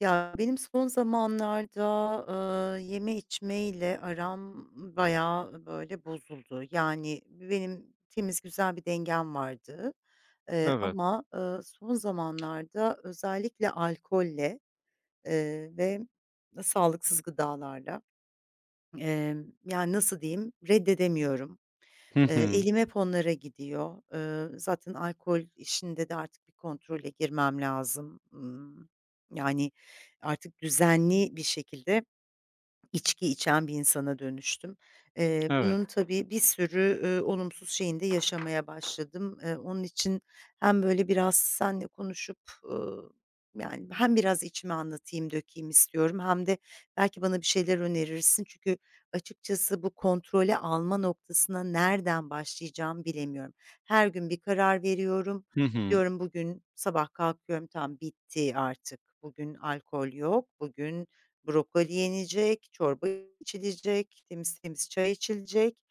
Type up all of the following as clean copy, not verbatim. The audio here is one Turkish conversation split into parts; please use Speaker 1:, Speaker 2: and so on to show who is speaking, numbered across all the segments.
Speaker 1: Ya, benim son zamanlarda, yeme içmeyle aram bayağı, böyle, bozuldu. Yani, benim temiz, güzel bir dengem vardı,
Speaker 2: Evet.
Speaker 1: ama, son zamanlarda özellikle alkolle, ve sağlıksız gıdalarla, yani, nasıl diyeyim, reddedemiyorum.
Speaker 2: Hı
Speaker 1: Eee,
Speaker 2: hı.
Speaker 1: elim hep onlara gidiyor. Zaten alkol işinde de artık bir kontrole girmem lazım. Yani, artık düzenli bir şekilde İçki içen bir insana dönüştüm. Eee,
Speaker 2: Evet.
Speaker 1: bunun tabii bir sürü, olumsuz şeyini de yaşamaya başladım. Onun için hem böyle biraz seninle konuşup, ııı, yani, hem biraz içimi anlatayım, dökeyim istiyorum hem de belki bana bir şeyler önerirsin. Çünkü açıkçası bu kontrole alma noktasına nereden başlayacağımı bilemiyorum. Her gün bir karar veriyorum.
Speaker 2: Hı hı.
Speaker 1: Diyorum bugün sabah kalkıyorum, tam bitti artık, bugün alkol yok, bugün brokoli yenecek, çorba içilecek, temiz temiz çay içilecek,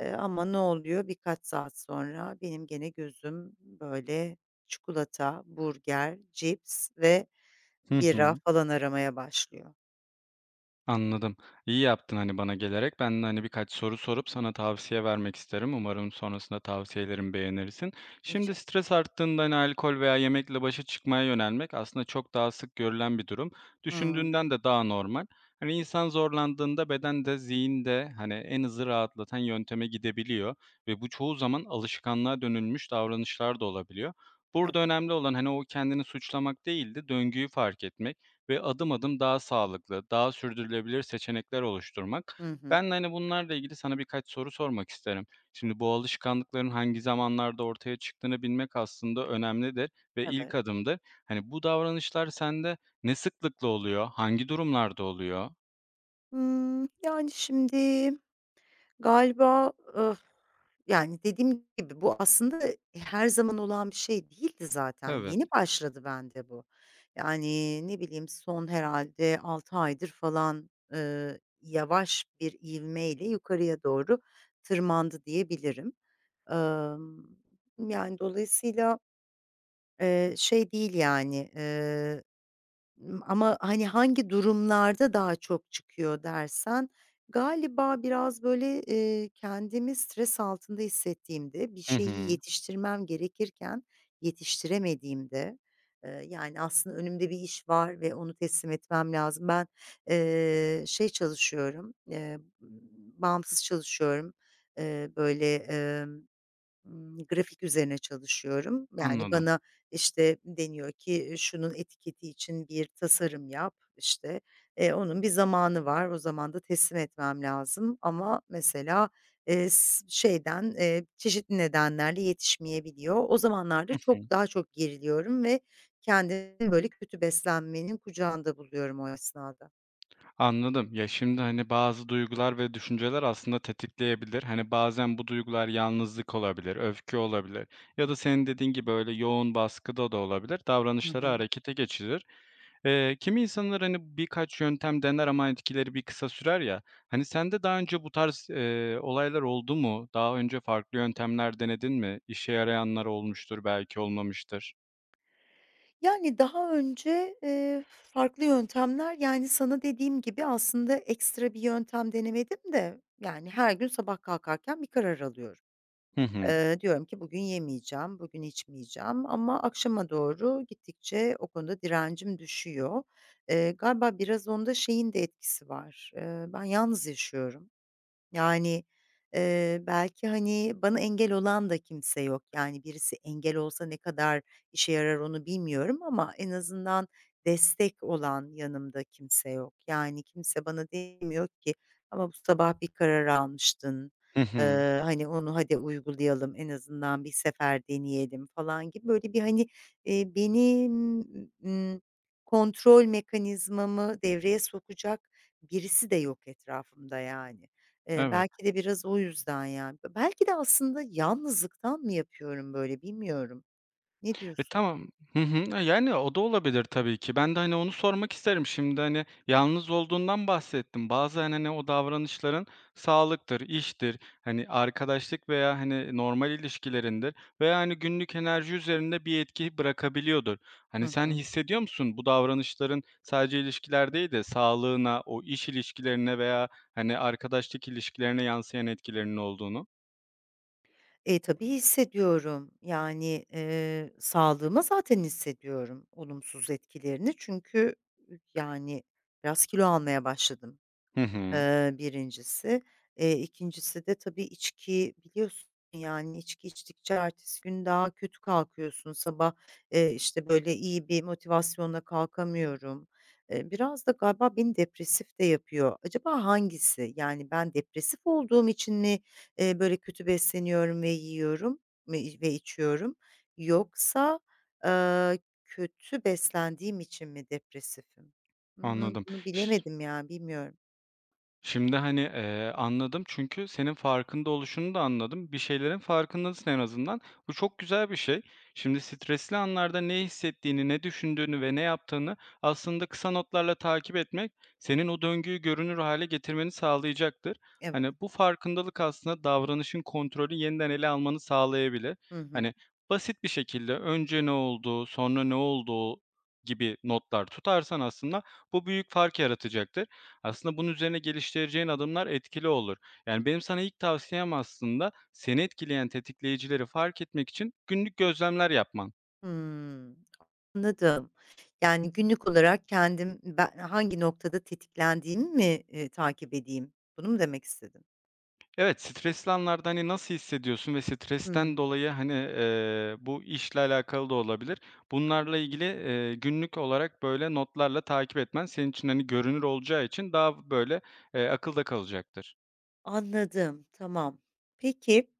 Speaker 1: ama ne oluyor? Birkaç saat sonra benim gene gözüm böyle çikolata, burger, cips ve
Speaker 2: Hı
Speaker 1: bira
Speaker 2: hı.
Speaker 1: falan aramaya başlıyor.
Speaker 2: Anladım. İyi yaptın, hani, bana gelerek. Ben de, hani, birkaç soru sorup sana tavsiye vermek isterim. Umarım sonrasında tavsiyelerimi beğenirsin. Şimdi
Speaker 1: İnşa
Speaker 2: stres arttığında, hani, alkol veya yemekle başa çıkmaya yönelmek aslında çok daha sık görülen bir durum.
Speaker 1: Hımm.
Speaker 2: Düşündüğünden de daha normal. Hani, insan zorlandığında beden de zihin de, hani, en hızlı rahatlatan yönteme gidebiliyor ve bu çoğu zaman alışkanlığa dönülmüş davranışlar da olabiliyor. Burada
Speaker 1: Evet.
Speaker 2: önemli olan, hani, o kendini suçlamak değil de döngüyü fark etmek. Ve adım adım daha sağlıklı, daha sürdürülebilir seçenekler oluşturmak.
Speaker 1: Hı hı.
Speaker 2: Ben de, hani, bunlarla ilgili sana birkaç soru sormak isterim. Şimdi bu alışkanlıkların hangi zamanlarda ortaya çıktığını bilmek aslında önemlidir ve ilk
Speaker 1: Evet.
Speaker 2: adımdır. Hani, bu davranışlar sende ne sıklıkla oluyor? Hangi durumlarda oluyor?
Speaker 1: Yani şimdi galiba, yani, dediğim gibi bu aslında her zaman olan bir şey değildi zaten.
Speaker 2: Evet.
Speaker 1: Yeni başladı bende bu. Yani, ne bileyim, son herhalde 6 aydır falan, yavaş bir ivmeyle yukarıya doğru tırmandı diyebilirim. Emm, yani, dolayısıyla, şey değil, yani, ama, hani, hangi durumlarda daha çok çıkıyor dersen, galiba biraz, böyle, kendimi stres altında hissettiğimde, bir
Speaker 2: Hı
Speaker 1: şeyi
Speaker 2: hı.
Speaker 1: yetiştirmem gerekirken yetiştiremediğimde, yani, aslında önümde bir iş var ve onu teslim etmem lazım. Ben, şey çalışıyorum, bağımsız çalışıyorum. Böyle, grafik üzerine çalışıyorum. Yani,
Speaker 2: Anladım.
Speaker 1: bana, işte, deniyor ki, "E, "Şunun etiketi için bir tasarım yap." işte onun bir zamanı var. O zaman da teslim etmem lazım ama mesela, şeyden, çeşitli nedenlerle yetişmeyebiliyor. O zamanlarda
Speaker 2: Hı hı.
Speaker 1: çok daha çok geriliyorum ve kendimi, böyle, kötü beslenmenin kucağında buluyorum o esnada.
Speaker 2: Anladım. Ya, şimdi, hani, bazı duygular ve düşünceler aslında tetikleyebilir. Hani, bazen bu duygular yalnızlık olabilir, öfke olabilir ya da senin dediğin gibi öyle yoğun baskıda da olabilir.
Speaker 1: Hı
Speaker 2: Davranışları
Speaker 1: hı.
Speaker 2: harekete geçirir. Kimi insanlar, hani, birkaç yöntem dener ama etkileri bir kısa sürer ya. Hani, sende daha önce bu tarz, olaylar oldu mu? Daha önce farklı yöntemler denedin mi? İşe yarayanlar olmuştur, belki olmamıştır.
Speaker 1: Yani, daha önce, farklı yöntemler, yani, sana dediğim gibi aslında ekstra bir yöntem denemedim de, yani, her gün sabah kalkarken bir karar alıyorum.
Speaker 2: Hı hı.
Speaker 1: Diyorum ki bugün yemeyeceğim, bugün içmeyeceğim ama akşama doğru gittikçe o konuda direncim düşüyor. Galiba biraz onda şeyin de etkisi var, ben yalnız yaşıyorum. Yani, belki, hani, bana engel olan da kimse yok. Yani, birisi engel olsa ne kadar işe yarar onu bilmiyorum ama en azından destek olan yanımda kimse yok. Yani, kimse bana demiyor ki "Ama bu sabah bir karar almıştın,
Speaker 2: Hı hı.
Speaker 1: hani, onu hadi uygulayalım, en azından bir sefer deneyelim." falan gibi böyle bir, hani, benim, ımm, kontrol mekanizmamı devreye sokacak birisi de yok etrafımda yani. Eee,
Speaker 2: Evet.
Speaker 1: belki de biraz o yüzden ya. Belki de aslında yalnızlıktan mı yapıyorum böyle bilmiyorum. Ne
Speaker 2: E,
Speaker 1: diyorsun?
Speaker 2: tamam. Hı hı. E, yani o da olabilir tabii ki. Ben de, hani, onu sormak isterim. Şimdi, hani, yalnız olduğundan bahsettim. Bazen, hani, o davranışların sağlıktır, iştir, hani, arkadaşlık veya, hani, normal ilişkilerindir veya, hani, günlük enerji üzerinde bir etki bırakabiliyordur. Hani,
Speaker 1: Hı
Speaker 2: sen
Speaker 1: hı.
Speaker 2: hissediyor musun bu davranışların sadece ilişkiler değil de sağlığına, o iş ilişkilerine veya, hani, arkadaşlık ilişkilerine yansıyan etkilerinin olduğunu?
Speaker 1: Tabii hissediyorum. Yani, sağlığıma zaten hissediyorum olumsuz etkilerini çünkü, yani, biraz kilo almaya başladım.
Speaker 2: Hı hı.
Speaker 1: Birincisi. 2'ncisi de tabii içki biliyorsun, yani, içki içtikçe ertesi gün daha kötü kalkıyorsun. Sabah, işte, böyle, iyi bir motivasyonla kalkamıyorum. Biraz da galiba beni depresif de yapıyor. Acaba hangisi? Yani, ben depresif olduğum için mi, böyle, kötü besleniyorum ve yiyorum ve içiyorum yoksa, kötü beslendiğim için mi depresifim? Hımm,
Speaker 2: Anladım.
Speaker 1: bunu bilemedim ya, bilmiyorum.
Speaker 2: Şimdi, hani, anladım çünkü senin farkında oluşunu da anladım. Bir şeylerin farkındasın en azından. Bu çok güzel bir şey. Şimdi stresli anlarda ne hissettiğini, ne düşündüğünü ve ne yaptığını aslında kısa notlarla takip etmek senin o döngüyü görünür hale getirmeni sağlayacaktır.
Speaker 1: Evet.
Speaker 2: Hani, bu farkındalık aslında davranışın kontrolü yeniden ele almanı sağlayabilir.
Speaker 1: Hı hı.
Speaker 2: Hani, basit bir şekilde önce ne oldu, sonra ne oldu gibi notlar tutarsan aslında bu büyük fark yaratacaktır. Aslında bunun üzerine geliştireceğin adımlar etkili olur. Yani benim sana ilk tavsiyem aslında seni etkileyen tetikleyicileri fark etmek için günlük gözlemler yapman.
Speaker 1: Hımm. Anladım. Yani, günlük olarak kendim ben hangi noktada tetiklendiğimi mi, takip edeyim? Bunu mu demek istedin?
Speaker 2: Evet, stresli anlarda hani nasıl hissediyorsun ve stresten
Speaker 1: Hımm.
Speaker 2: dolayı hani bu işle alakalı da olabilir. Bunlarla ilgili günlük olarak böyle notlarla takip etmen senin için hani görünür olacağı için daha böyle akılda kalacaktır.
Speaker 1: Anladım, tamam. Peki,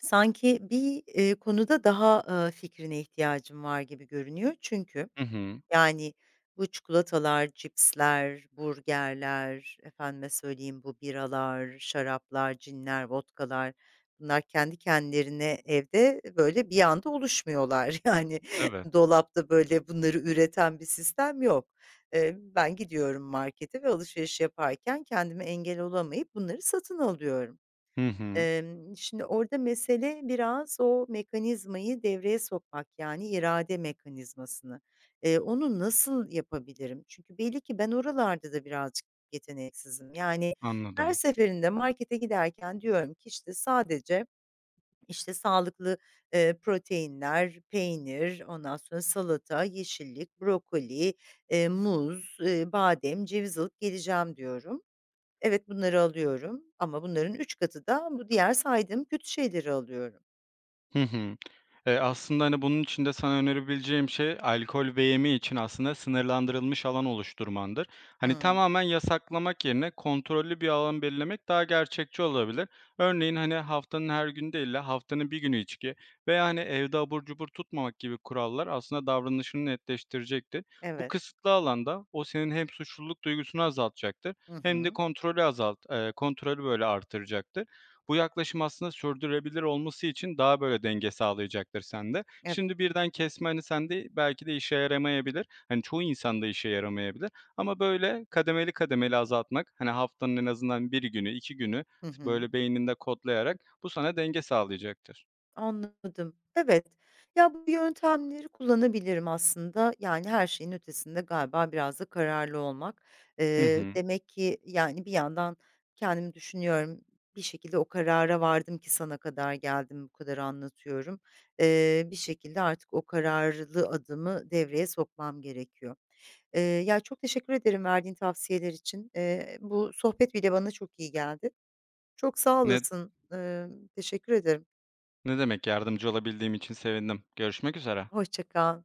Speaker 1: sanki bir, konuda daha, fikrine ihtiyacım var gibi görünüyor çünkü
Speaker 2: Hı hı.
Speaker 1: yani, bu çikolatalar, cipsler, burgerler, efendime söyleyeyim, bu biralar, şaraplar, cinler, vodkalar, bunlar kendi kendilerine evde, böyle, bir anda oluşmuyorlar. Yani,
Speaker 2: Evet.
Speaker 1: dolapta, böyle, bunları üreten bir sistem yok. Ben gidiyorum markete ve alışveriş yaparken kendime engel olamayıp bunları satın alıyorum.
Speaker 2: Hı hı.
Speaker 1: Şimdi orada mesele biraz o mekanizmayı devreye sokmak, yani irade mekanizmasını. Onu nasıl yapabilirim? Çünkü belli ki ben oralarda da birazcık yeteneksizim. Yani her
Speaker 2: Anladım.
Speaker 1: seferinde markete giderken diyorum ki işte sadece, işte, sağlıklı, proteinler, peynir, ondan sonra salata, yeşillik, brokoli, muz, badem, ceviz alıp geleceğim diyorum. Evet, bunları alıyorum ama bunların 3 katı da bu diğer saydığım kötü şeyleri alıyorum.
Speaker 2: Hı hı. Aslında, hani, bunun için de sana önerebileceğim şey alkol ve yeme için aslında sınırlandırılmış alan oluşturmandır. Hani,
Speaker 1: Hıı.
Speaker 2: tamamen yasaklamak yerine kontrollü bir alan belirlemek daha gerçekçi olabilir. Örneğin, hani, haftanın her günü değil de haftanın bir günü içki veya, hani, evde abur cubur tutmamak gibi kurallar aslında davranışını netleştirecektir. Bu
Speaker 1: Evet.
Speaker 2: kısıtlı alanda o senin hem suçluluk duygusunu azaltacaktır
Speaker 1: Hı
Speaker 2: hem de
Speaker 1: hı.
Speaker 2: kontrolü, böyle, artıracaktır. Bu yaklaşım aslında sürdürülebilir olması için daha böyle denge sağlayacaktır sende.
Speaker 1: Evet.
Speaker 2: Şimdi birden kesme, hani, sende belki de işe yaramayabilir. Hani, çoğu insanda işe yaramayabilir ama böyle kademeli kademeli azaltmak, hani, haftanın en azından bir günü, 2 günü
Speaker 1: Hı hı.
Speaker 2: böyle beyninde kodlayarak bu sana denge sağlayacaktır.
Speaker 1: Anladım. Evet. Ya, bu yöntemleri kullanabilirim aslında. Yani, her şeyin ötesinde galiba biraz da kararlı olmak.
Speaker 2: Hı
Speaker 1: Eee,
Speaker 2: hı.
Speaker 1: demek ki, yani, bir yandan kendimi düşünüyorum. Bir şekilde o karara vardım ki sana kadar geldim, bu kadar anlatıyorum. Bir şekilde artık o kararlı adımı devreye sokmam gerekiyor. Ya, çok teşekkür ederim verdiğin tavsiyeler için. Bu sohbet bile bana çok iyi geldi. Çok sağ
Speaker 2: Ne
Speaker 1: olasın. Teşekkür ederim.
Speaker 2: ne demek, yardımcı olabildiğim için sevindim. Görüşmek üzere.
Speaker 1: Hoşça kal.